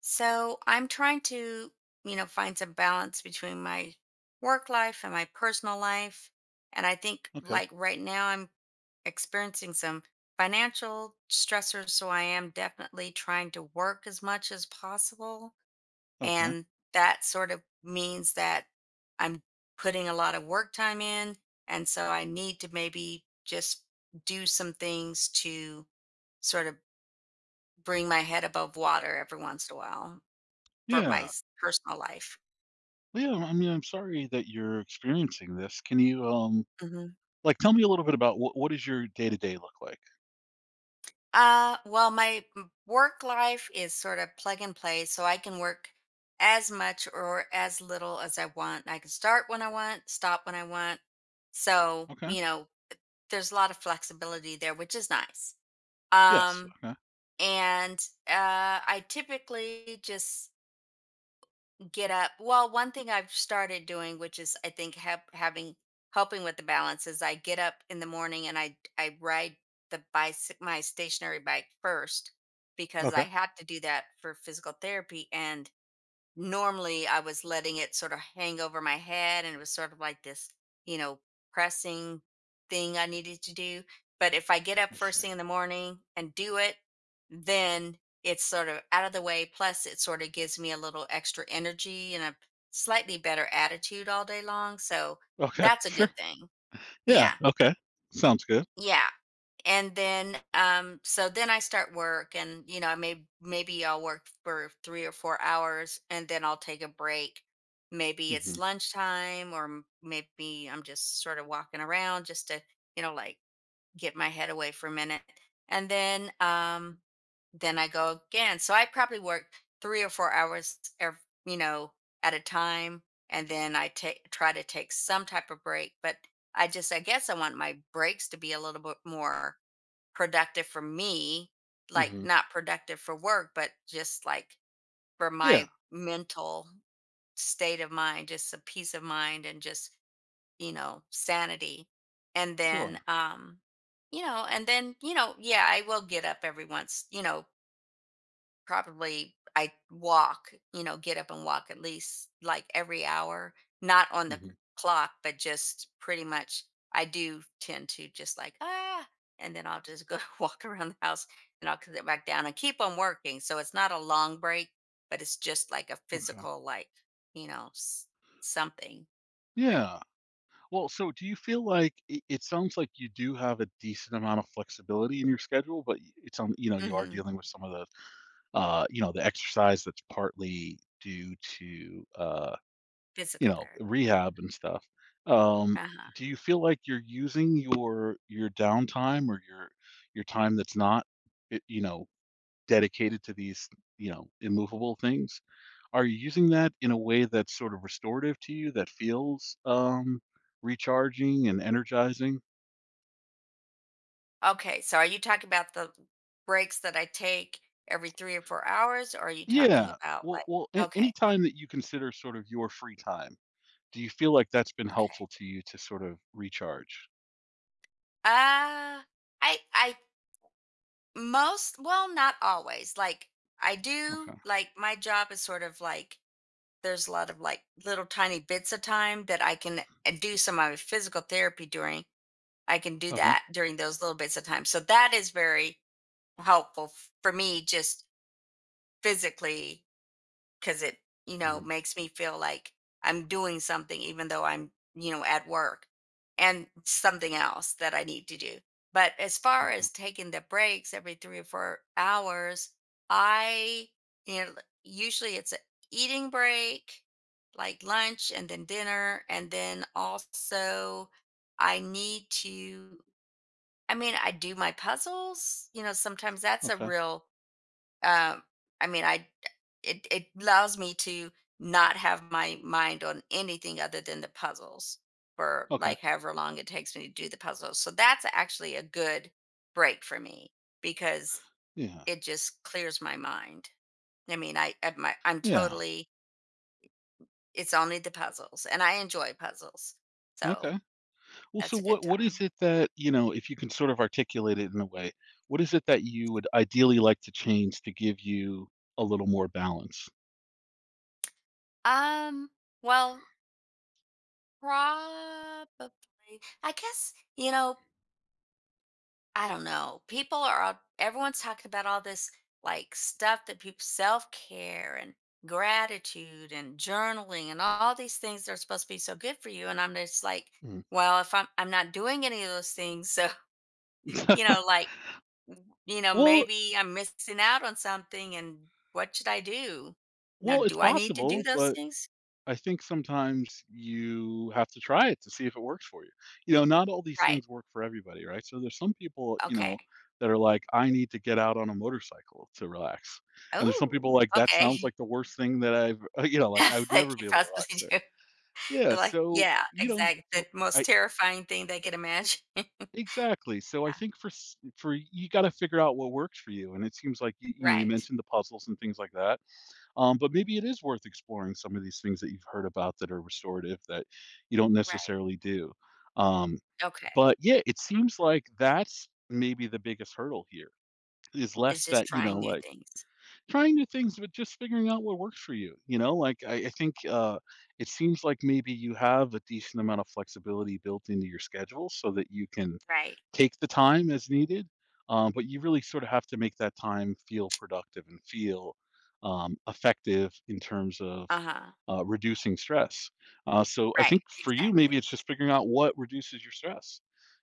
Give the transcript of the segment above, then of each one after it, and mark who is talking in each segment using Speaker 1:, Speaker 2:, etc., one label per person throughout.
Speaker 1: So I'm trying to, find some balance between my work life and my personal life. And I think
Speaker 2: Okay.
Speaker 1: like right now I'm experiencing some financial stressors. So I am definitely trying to work as much as possible.
Speaker 2: Okay.
Speaker 1: And that sort of means that I'm putting a lot of work time in. And so I need to maybe just do some things to sort of bring my head above water every once in a while. For my
Speaker 2: Yeah.
Speaker 1: s personal life.
Speaker 2: Well, yeah. I mean, I'm sorry that you're experiencing this. Can you,
Speaker 1: Mhm.
Speaker 2: like, tell me a little bit about what does your day to day look like?
Speaker 1: Well, my m work life is sort of plug and play, so I can work as much or as little as I want. I can start when I want, stop when I want. So,
Speaker 2: Okay.
Speaker 1: there's a lot of flexibility there, which is nice.
Speaker 2: Yes.
Speaker 1: Um,
Speaker 2: Okay.
Speaker 1: and, I typically just get up. Well, one thing I've started doing, which is I think help, having helping with the balance, is I get up in the morning and I ride the bicycle, my stationary bike first because I
Speaker 2: Okay.
Speaker 1: had to do that for physical therapy, and normally I was letting it sort of hang over my head and it was sort of like this, you know, pressing thing I needed to do. But if I get up
Speaker 2: I
Speaker 1: first
Speaker 2: see.
Speaker 1: thing in the morning and do it, then it's sort of out of the way. Plus, it sort of gives me a little extra energy and a slightly better attitude all day long. So
Speaker 2: Okay.
Speaker 1: that's a
Speaker 2: Sure.
Speaker 1: good thing.
Speaker 2: Yeah.
Speaker 1: Yeah.
Speaker 2: Okay. Sounds good.
Speaker 1: Yeah, and then, so then I start work. And, I maybe I'll work for 3 or 4 hours, and then I'll take a break. Maybe it's
Speaker 2: Mm-hmm.
Speaker 1: lunchtime, or maybe I'm just sort of walking around just to, you know like get my head away for a minute. And then, then I go again. So I probably work 3 or 4 hours at a time. And then I take try to take some type of break, but I guess I want my breaks to be a little bit more productive for me. Like,
Speaker 2: Mm-hmm.
Speaker 1: not productive for work, but just, like, for
Speaker 2: Yeah.
Speaker 1: my mental state of mind, just a peace of mind and just, sanity. And then,
Speaker 2: Sure.
Speaker 1: yeah, I will get up every once, probably I walk, get up and walk at least like every hour, not on the
Speaker 2: Mm-hmm.
Speaker 1: clock, but just pretty much I do tend to just like, and then I'll just go walk around the house, and I'll sit back down and keep on working. So it's not a long break, but it's just like a
Speaker 2: Okay.
Speaker 1: physical, like, you know, s- something break.
Speaker 2: Yeah. Well, so do you feel like it sounds like you do have a decent amount of flexibility in your schedule, but it's on, you know, you are
Speaker 1: Hmm.
Speaker 2: dealing with some of the the exercise that's partly due to,
Speaker 1: Physical therapy.
Speaker 2: rehab and stuff. Um,
Speaker 1: Uh-huh.
Speaker 2: do you feel like you're using your downtime or your time that's not, i- you know, dedicated to these, immovable things? Are you using that in a way that's sort of restorative to you that feels recharging and energizing?
Speaker 1: Okay, so are you talking about the breaks that I take every 3 or 4 hours, or are you talking
Speaker 2: Yeah.
Speaker 1: about,
Speaker 2: Well,
Speaker 1: like,
Speaker 2: well, any
Speaker 1: okay,
Speaker 2: time that you consider sort of your free time, do you feel like that's been
Speaker 1: okay.
Speaker 2: helpful to you to sort of recharge?
Speaker 1: Uh, I most well, not always, like, I do,
Speaker 2: Okay.
Speaker 1: like, my job is sort of like there's a lot of, like, little tiny bits of time that I can, do some of my physical therapy during. I can do
Speaker 2: Okay.
Speaker 1: that during those little bits of time, so that is very helpful f for me just physically because it
Speaker 2: Mm,
Speaker 1: makes me feel like I'm doing something even though I'm at work and something else that I need to do. But as far
Speaker 2: okay.
Speaker 1: as taking the breaks every 3 or 4 hours, I you know usually it's a eating break, like lunch and then dinner, and then also, I need to I mean, I do my puzzles, sometimes that's a
Speaker 2: Okay.
Speaker 1: real, um, I mean, I it it allows me to not have my mind on anything other than the puzzles for
Speaker 2: Okay.
Speaker 1: like however long it takes me to do the puzzles. So that's actually a good break for me because
Speaker 2: Yeah.
Speaker 1: it just clears my mind. I mean, I'm
Speaker 2: Yeah,
Speaker 1: totally, it's only the puzzles and I enjoy puzzles. So
Speaker 2: okay. Well, so
Speaker 1: that's a good
Speaker 2: what is
Speaker 1: time.
Speaker 2: it that, if you can sort of articulate it in a way, what is it that you would ideally like to change to give you a little more balance?
Speaker 1: Um, well, probably, I guess, I don't know. Everyone's talking about all this, like, stuff that people self care and gratitude and journaling and all these things that are supposed to be so good for you. And I'm just like,
Speaker 2: Mm.
Speaker 1: well, if I'm not doing any of those things, so you know, like
Speaker 2: Well
Speaker 1: maybe I'm missing out on something. And what should I do? Now,
Speaker 2: well, it's
Speaker 1: do I need to do
Speaker 2: possible,
Speaker 1: those
Speaker 2: but
Speaker 1: things?
Speaker 2: I think sometimes you have to try it to see if it works for you. Not all these
Speaker 1: Right.
Speaker 2: things work for everybody, right? So there's some people,
Speaker 1: Okay.
Speaker 2: that are like, I need to get out on a motorcycle to relax. And there's some people
Speaker 1: Oh,
Speaker 2: like that
Speaker 1: okay.
Speaker 2: sounds like the worst thing that I've, like I would
Speaker 1: Thank
Speaker 2: never
Speaker 1: you.
Speaker 2: be able to
Speaker 1: Possibly
Speaker 2: relax there.
Speaker 1: do.
Speaker 2: Yeah,
Speaker 1: Like,
Speaker 2: so,
Speaker 1: yeah, exactly,
Speaker 2: for
Speaker 1: the most
Speaker 2: I
Speaker 1: terrifying thing they could imagine.
Speaker 2: exactly, so I
Speaker 1: Yeah,
Speaker 2: think for s for you gotta figure out what works for you, and it seems like you
Speaker 1: right,
Speaker 2: mentioned the puzzles and things like that, but maybe it is worth exploring some of these things that you've heard about that are restorative that you don't
Speaker 1: right,
Speaker 2: necessarily do, um,
Speaker 1: okay,
Speaker 2: but yeah, it seems like that's maybe the biggest hurdle here, is
Speaker 1: it's
Speaker 2: less
Speaker 1: just
Speaker 2: that,
Speaker 1: trying new
Speaker 2: like
Speaker 1: things.
Speaker 2: trying new things, but just figuring out what works for you. Like I think it seems like maybe you have a decent amount of flexibility built into your schedule so that you can
Speaker 1: Right,
Speaker 2: take the time as needed, but you really sort of have to make that time feel productive and feel effective in terms of
Speaker 1: uh-huh,
Speaker 2: reducing stress. So I
Speaker 1: right,
Speaker 2: think for you,
Speaker 1: exactly.
Speaker 2: maybe it's just figuring out what reduces your stress.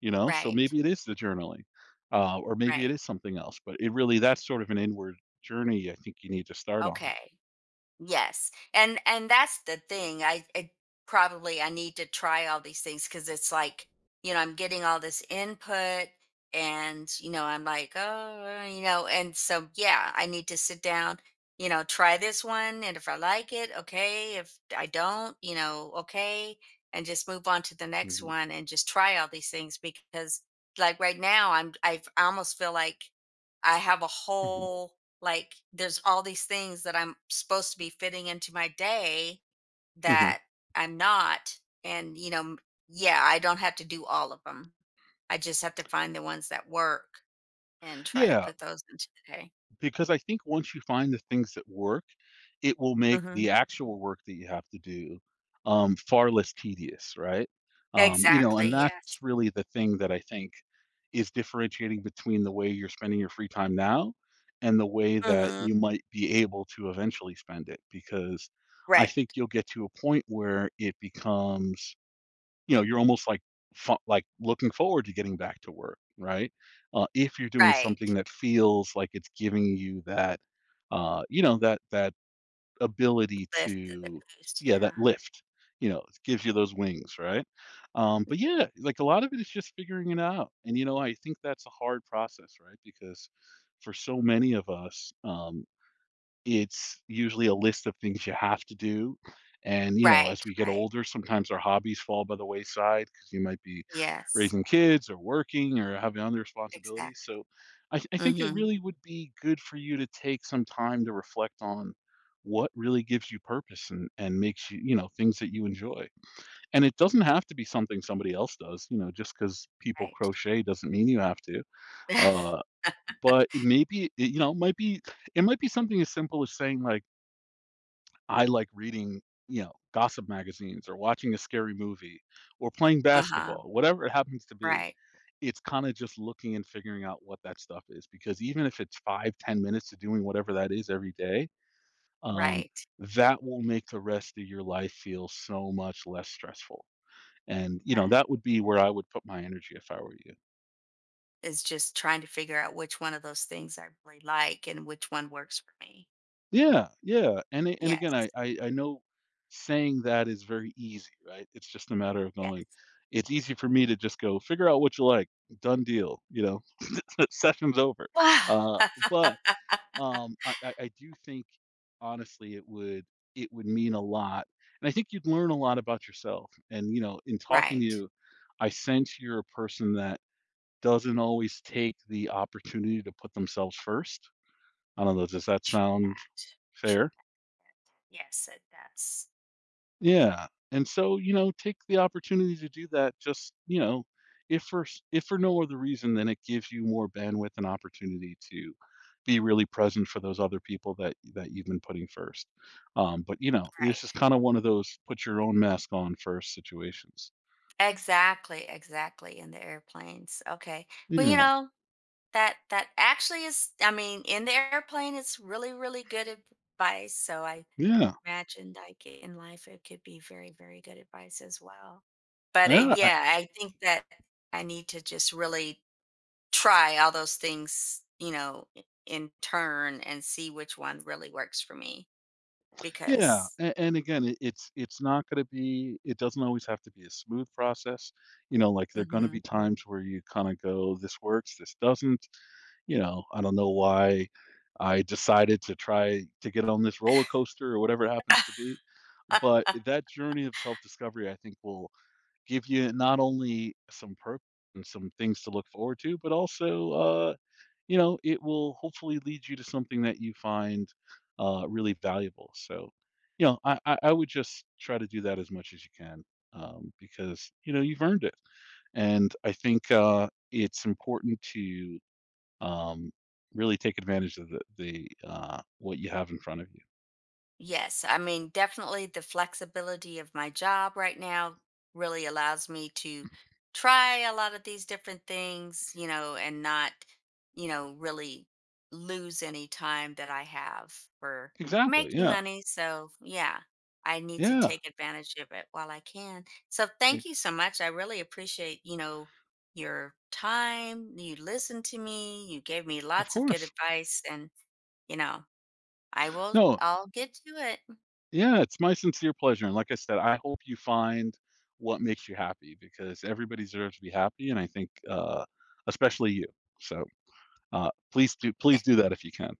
Speaker 2: So
Speaker 1: Right,
Speaker 2: maybe it is the journaling, or maybe it
Speaker 1: right,
Speaker 2: is something else. But it really that's sort of an inward journey. I think you need to start on.
Speaker 1: okay. Yes. And that's the thing. I probably I need to try all these things because it's like, I'm getting all this input. And, I'm like, oh, and so yeah, I need to sit down, try this one, and if I like it, okay. If I don't, okay, and just move on to the next
Speaker 2: Hmm.
Speaker 1: one, and just try all these things because like right now I almost feel like I have a
Speaker 2: Hmm.
Speaker 1: whole, like, there's all these things that I'm supposed to be fitting into my day
Speaker 2: Hmm.
Speaker 1: that I'm not. And, yeah, I don't have to do all of them. I just have to find the ones that work and try to
Speaker 2: Yeah,
Speaker 1: put those into the day.
Speaker 2: because I think once you find the things that work, it will make
Speaker 1: Hmm.
Speaker 2: the actual work that you have to do far less tedious, right? Um, you know,
Speaker 1: Exactly.
Speaker 2: and
Speaker 1: Yes.
Speaker 2: that's really the thing that I think is differentiating between the way you're spending your free time now and the way that
Speaker 1: Hmm.
Speaker 2: you might be able to eventually spend it. Because I
Speaker 1: Right.
Speaker 2: think you'll get to a point where it becomes you're almost like like looking forward to getting back to work, right? If you're doing
Speaker 1: Right.
Speaker 2: something that feels like it's giving you that, that ability
Speaker 1: Lift the
Speaker 2: to,
Speaker 1: boost.
Speaker 2: yeah,
Speaker 1: Yeah.
Speaker 2: that lift, it gives you those wings, right? But yeah, like a lot of it is just figuring it out, and I think that's a hard process, right? Because for so many of us, it's usually a list of things you have to do. And,
Speaker 1: Right.
Speaker 2: as we get
Speaker 1: Right.
Speaker 2: older, sometimes our hobbies fall by the wayside because you might be
Speaker 1: Yes.
Speaker 2: raising kids or working or having other responsibilities.
Speaker 1: Exactly.
Speaker 2: So I think it
Speaker 1: Hmm.
Speaker 2: really would be good for you to take some time to reflect on what really gives you purpose and, makes you, things that you enjoy. And it doesn't have to be something somebody else does, just because people
Speaker 1: Right.
Speaker 2: crochet doesn't mean you have to. Uh, but maybe, it might be something as simple as saying like, I like reading, gossip magazines or watching a scary movie or playing
Speaker 1: Uh huh.
Speaker 2: basketball, whatever it happens to be.
Speaker 1: Right.
Speaker 2: It's kind of just looking and figuring out what that stuff is because even if it's 5, 10 minutes to doing whatever that is every day, um, that will make the rest of your life feel so much less stressful. And,
Speaker 1: Right,
Speaker 2: that would be where I would put my energy if I were you.
Speaker 1: is just trying to figure out which one of those things I really like and which one works for me.
Speaker 2: Yeah, yeah, and a and
Speaker 1: Yes,
Speaker 2: again, I know saying that is very easy, right? It's just a matter of going
Speaker 1: yes.
Speaker 2: it's easy for me to just go, "Figure out what you like, done deal," you know? Session's over.
Speaker 1: Ah,
Speaker 2: Uh, but, I do think, honestly, it would mean a lot, and I think you'd learn a lot about yourself, and, in talking to
Speaker 1: right.
Speaker 2: you, I sense you're a person that doesn't always take the opportunity to put themselves first. I don't know, does that
Speaker 1: True
Speaker 2: sound
Speaker 1: that, true.
Speaker 2: fair?
Speaker 1: Yes, it does.
Speaker 2: Yeah, and so, take the opportunity to do that just, if for s if for no other reason than it gives you more bandwidth and opportunity to be really present for those other people that you've been putting first. But, this
Speaker 1: Right.
Speaker 2: is kinda one of those put your own mask on first situations.
Speaker 1: Exactly, exactly, in the airplanes. Okay. Well,
Speaker 2: Yeah,
Speaker 1: that actually is, I mean, in the airplane it's really, really good advice. So I
Speaker 2: yeah,
Speaker 1: imagine like in life it could be very, very good advice as well. But
Speaker 2: yeah,
Speaker 1: yeah, I think that I need to just really try all those things, in turn and see which one really works for me because
Speaker 2: a and again, it it's not gonna be it doesn't always have to be a smooth process, like, there are gonna be
Speaker 1: hmm.
Speaker 2: times where you kinda go, "This works, this doesn't." I don't know why I decided to try to get on this roller coaster or whatever it happens to be. But that journey of self discovery, I think, will give you not only some purpose and some things to look forward to, but also, it will hopefully lead you to something that you find really valuable. So, I would just try to do that as much as you can because, you've earned it. And I think it's important to um, really take advantage of the what you have in front of you.
Speaker 1: Yes, I mean, definitely the flexibility of my job right now really allows me to try a lot of these different things, and not, really lose any time that I have for
Speaker 2: Exactly.
Speaker 1: making
Speaker 2: Yeah.
Speaker 1: money. So, yeah, I need to
Speaker 2: Yeah.
Speaker 1: take advantage of it while I can. So, thank
Speaker 2: e-
Speaker 1: you so much. I really appreciate, your time. You listened to me, you gave me
Speaker 2: of
Speaker 1: lots of good
Speaker 2: course.
Speaker 1: advice, and, you know, I will,
Speaker 2: No.
Speaker 1: I'll get to it.
Speaker 2: Yeah. It's my sincere pleasure, and like I said, I hope you find what makes you happy because everybody deserves to be happy, and I think especially you. So please do that if you can.